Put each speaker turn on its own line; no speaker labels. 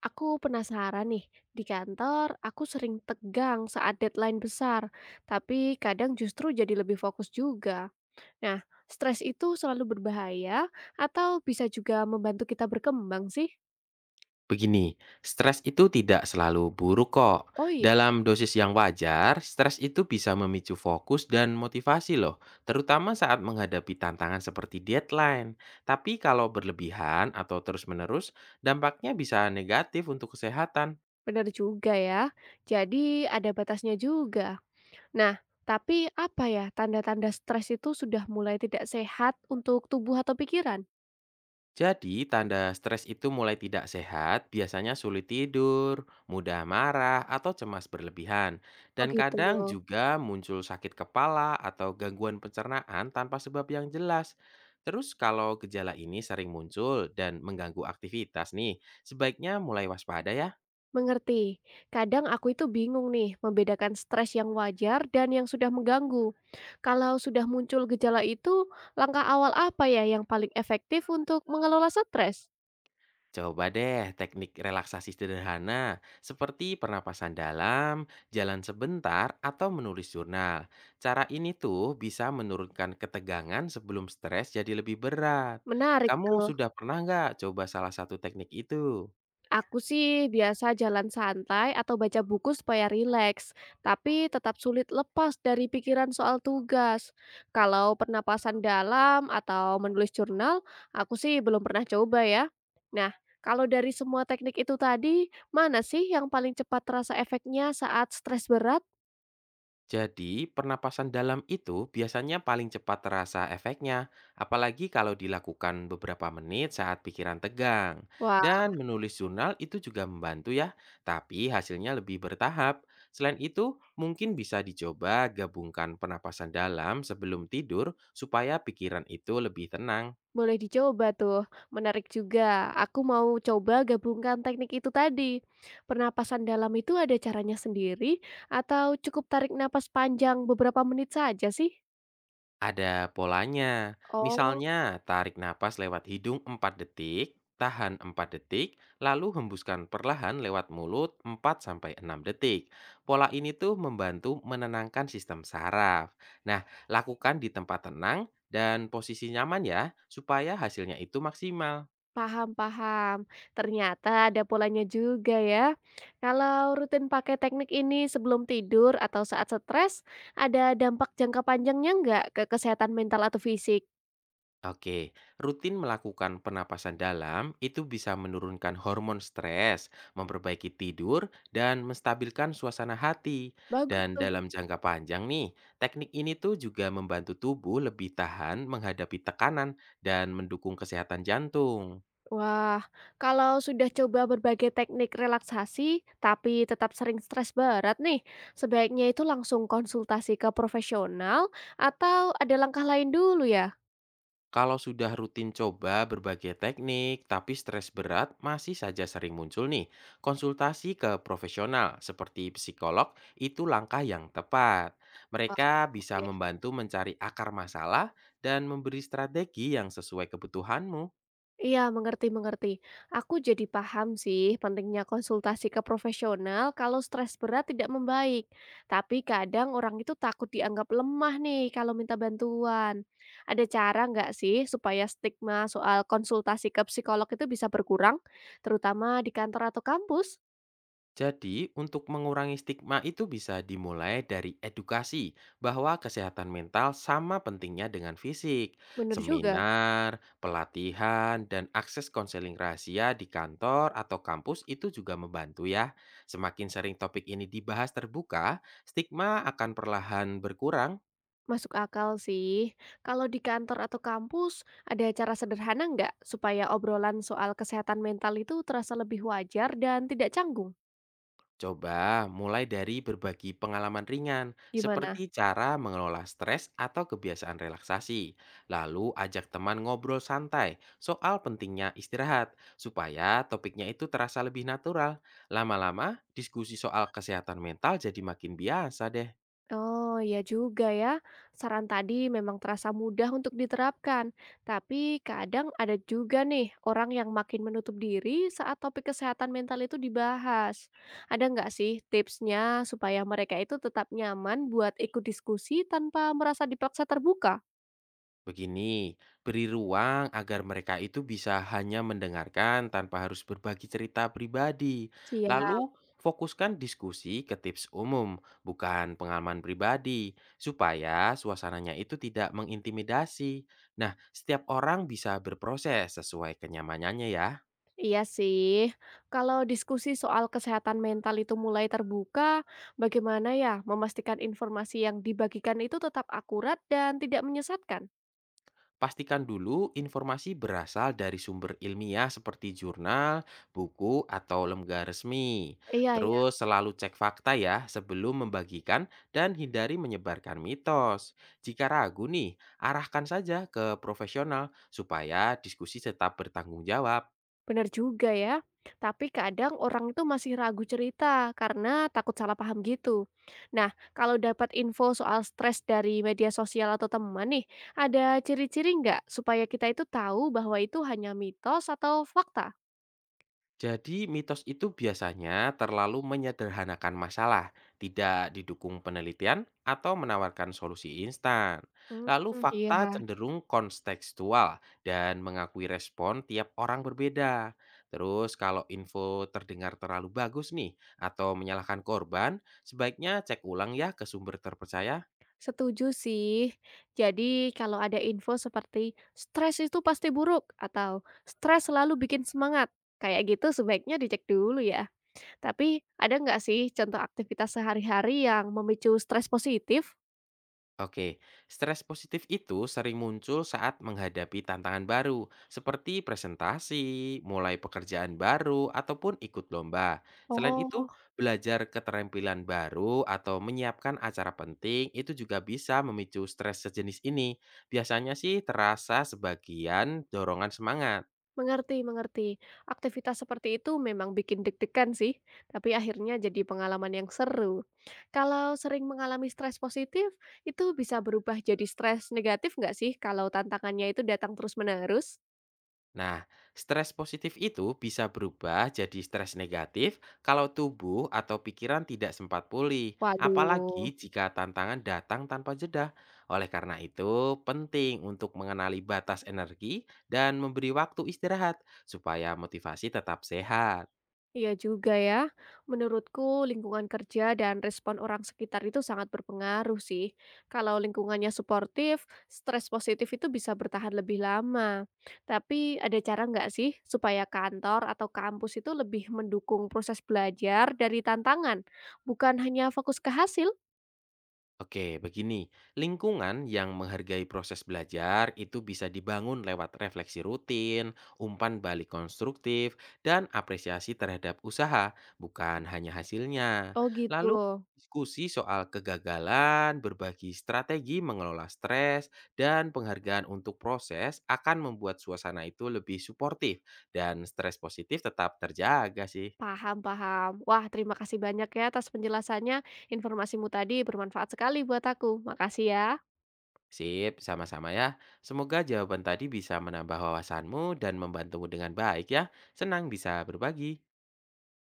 Aku penasaran nih, di kantor aku sering tegang saat deadline besar, tapi kadang justru jadi lebih fokus juga. Nah, stres itu selalu berbahaya atau bisa juga membantu kita berkembang sih?
Begini, stres itu tidak selalu buruk kok.
Oh iya,
Dalam dosis yang wajar, stres itu bisa memicu fokus dan motivasi loh, terutama saat menghadapi tantangan seperti deadline. Tapi kalau berlebihan atau terus-menerus, dampaknya bisa negatif untuk kesehatan.
benar juga ya. Jadi ada batasnya juga. Nah, tapi apa ya tanda-tanda stres itu sudah mulai tidak sehat untuk tubuh atau pikiran?
Jadi, tanda stres itu mulai tidak sehat, biasanya sulit tidur, mudah marah, atau cemas berlebihan.
Oh
Dan
gitu.
kadang juga muncul sakit kepala atau gangguan pencernaan tanpa sebab yang jelas. Terus kalau gejala ini sering muncul dan mengganggu aktivitas nih, sebaiknya mulai waspada ya.
Mengerti. Kadang aku itu bingung nih membedakan stres yang wajar dan yang sudah mengganggu. Kalau sudah muncul gejala itu, langkah awal apa ya yang paling efektif untuk mengelola stres?
Coba deh teknik relaksasi sederhana seperti pernapasan dalam, jalan sebentar, atau menulis jurnal. Cara ini tuh bisa menurunkan ketegangan sebelum stres jadi lebih berat.
Menarik
Kamu
tuh.
sudah pernah nggak coba salah satu teknik itu?
Aku sih biasa jalan santai atau baca buku supaya rileks, tapi tetap sulit lepas dari pikiran soal tugas. Kalau pernapasan dalam atau menulis jurnal, aku sih belum pernah coba ya. Nah, kalau dari semua teknik itu tadi, mana sih yang paling cepat terasa efeknya saat stres berat?
Jadi, pernapasan dalam itu biasanya paling cepat terasa efeknya, apalagi kalau dilakukan beberapa menit saat pikiran tegang.
Wah,
Dan menulis jurnal itu juga membantu ya, tapi hasilnya lebih bertahap. Selain itu, mungkin bisa dicoba gabungkan pernapasan dalam sebelum tidur supaya pikiran itu lebih tenang.
boleh dicoba tuh, menarik juga. Aku mau coba gabungkan teknik itu tadi. Pernapasan dalam itu ada caranya sendiri atau cukup tarik napas panjang beberapa menit saja sih?
Ada polanya.
Oh,
Misalnya, tarik napas lewat hidung 4 detik, tahan 4 detik, lalu hembuskan perlahan lewat mulut 4 sampai 6 detik. Pola ini tuh membantu menenangkan sistem saraf. Nah, lakukan di tempat tenang dan posisi nyaman ya, supaya hasilnya itu maksimal.
paham-paham. Ternyata ada polanya juga ya. Kalau rutin pakai teknik ini sebelum tidur atau saat stres, ada dampak jangka panjangnya nggak ke kesehatan mental atau fisik?
Oke, rutin melakukan penapasan dalam itu bisa menurunkan hormon stres, memperbaiki tidur, dan menstabilkan suasana hati.
Bagus
Dan
tuh.
dalam jangka panjang nih, teknik ini tuh juga membantu tubuh lebih tahan menghadapi tekanan dan mendukung kesehatan jantung.
Wah, kalau sudah coba berbagai teknik relaksasi tapi tetap sering stres berat nih, sebaiknya itu langsung konsultasi ke profesional atau ada langkah lain dulu ya?
Kalau sudah rutin coba berbagai teknik, tapi stres berat masih saja sering muncul nih. Konsultasi ke profesional seperti psikolog itu langkah yang tepat.
Wah,
Mereka bisa
oke.
membantu mencari akar masalah dan memberi strategi yang sesuai kebutuhanmu.
Iya, mengerti mengerti. Aku jadi paham sih pentingnya konsultasi ke profesional kalau stres berat tidak membaik. Tapi kadang orang itu takut dianggap lemah nih kalau minta bantuan. Ada cara nggak sih supaya stigma soal konsultasi ke psikolog itu bisa berkurang, terutama di kantor atau kampus?
Jadi, untuk mengurangi stigma itu bisa dimulai dari edukasi bahwa kesehatan mental sama pentingnya dengan fisik,
Bener juga,
seminar, pelatihan, dan akses konseling rahasia di kantor atau kampus itu juga membantu ya. Semakin sering topik ini dibahas terbuka, stigma akan perlahan berkurang.
masuk akal sih. Kalau di kantor atau kampus, ada cara sederhana nggak supaya obrolan soal kesehatan mental itu terasa lebih wajar dan tidak canggung?
Coba mulai dari berbagi pengalaman ringan,
Gimana?
seperti cara mengelola stres atau kebiasaan relaksasi. Lalu ajak teman ngobrol santai soal pentingnya istirahat, supaya topiknya itu terasa lebih natural. Lama-lama, diskusi soal kesehatan mental jadi makin biasa deh.
Oh ya juga ya, saran tadi memang terasa mudah untuk diterapkan, tapi kadang ada juga nih orang yang makin menutup diri saat topik kesehatan mental itu dibahas. Ada nggak sih tipsnya supaya mereka itu tetap nyaman buat ikut diskusi tanpa merasa dipaksa terbuka?
Begini, beri ruang agar mereka itu bisa hanya mendengarkan tanpa harus berbagi cerita pribadi.
Siap,
Lalu, fokuskan diskusi ke tips umum, bukan pengalaman pribadi, supaya suasananya itu tidak mengintimidasi. Nah, setiap orang bisa berproses sesuai kenyamanannya ya.
iya sih. Kalau diskusi soal kesehatan mental itu mulai terbuka, bagaimana ya memastikan informasi yang dibagikan itu tetap akurat dan tidak menyesatkan?
Pastikan dulu informasi berasal dari sumber ilmiah seperti jurnal, buku, atau lembaga resmi.
Iya,
Terus selalu cek fakta ya sebelum membagikan dan hindari menyebarkan mitos. Jika ragu nih, arahkan saja ke profesional supaya diskusi tetap bertanggung jawab.
benar juga ya. Tapi kadang orang itu masih ragu cerita karena takut salah paham gitu. Nah, kalau dapat info soal stres dari media sosial atau teman nih, ada ciri-ciri nggak supaya kita itu tahu bahwa itu hanya mitos atau fakta?
Jadi mitos itu biasanya terlalu menyederhanakan masalah, tidak didukung penelitian atau menawarkan solusi instan.
Hmm,
Lalu fakta
iya.
cenderung kontekstual dan mengakui respon tiap orang berbeda. Terus kalau info terdengar terlalu bagus nih atau menyalahkan korban, sebaiknya cek ulang ya ke sumber terpercaya.
Setuju sih. Jadi kalau ada info seperti stres itu pasti buruk atau stres selalu bikin semangat, kayak gitu sebaiknya dicek dulu ya. Tapi ada nggak sih contoh aktivitas sehari-hari yang memicu stres positif?
Oke, stres positif itu sering muncul saat menghadapi tantangan baru, seperti presentasi, mulai pekerjaan baru, ataupun ikut lomba. Selain
Oh,
itu, belajar keterampilan baru atau menyiapkan acara penting itu juga bisa memicu stres sejenis ini. Biasanya sih terasa sebagian dorongan semangat.
mengerti mengerti. Aktivitas seperti itu memang bikin deg-degan sih, tapi akhirnya jadi pengalaman yang seru. Kalau sering mengalami stres positif, itu bisa berubah jadi stres negatif nggak sih kalau tantangannya itu datang terus-menerus?
Nah, stres positif itu bisa berubah jadi stres negatif kalau tubuh atau pikiran tidak sempat pulih,
Waduh.
apalagi jika tantangan datang tanpa jeda. Oleh karena itu, penting untuk mengenali batas energi dan memberi waktu istirahat supaya motivasi tetap sehat.
Iya juga ya. Menurutku lingkungan kerja dan respon orang sekitar itu sangat berpengaruh sih. Kalau lingkungannya suportif, stres positif itu bisa bertahan lebih lama. Tapi ada cara nggak sih supaya kantor atau kampus itu lebih mendukung proses belajar dari tantangan, bukan hanya fokus ke hasil?
Oke, begini. Lingkungan yang menghargai proses belajar itu bisa dibangun lewat refleksi rutin, umpan balik konstruktif, dan apresiasi terhadap usaha, bukan hanya hasilnya.
Oh gitu.
Lalu, diskusi soal kegagalan, berbagi strategi mengelola stres, dan penghargaan untuk proses akan membuat suasana itu lebih suportif dan stres positif tetap terjaga sih.
Paham, paham. Wah, terima kasih banyak ya atas penjelasannya. Informasimu tadi bermanfaat sekali buat aku. Makasih ya.
Sip, sama-sama ya. Semoga jawaban tadi bisa menambah wawasanmu dan membantumu dengan baik ya. Senang bisa berbagi.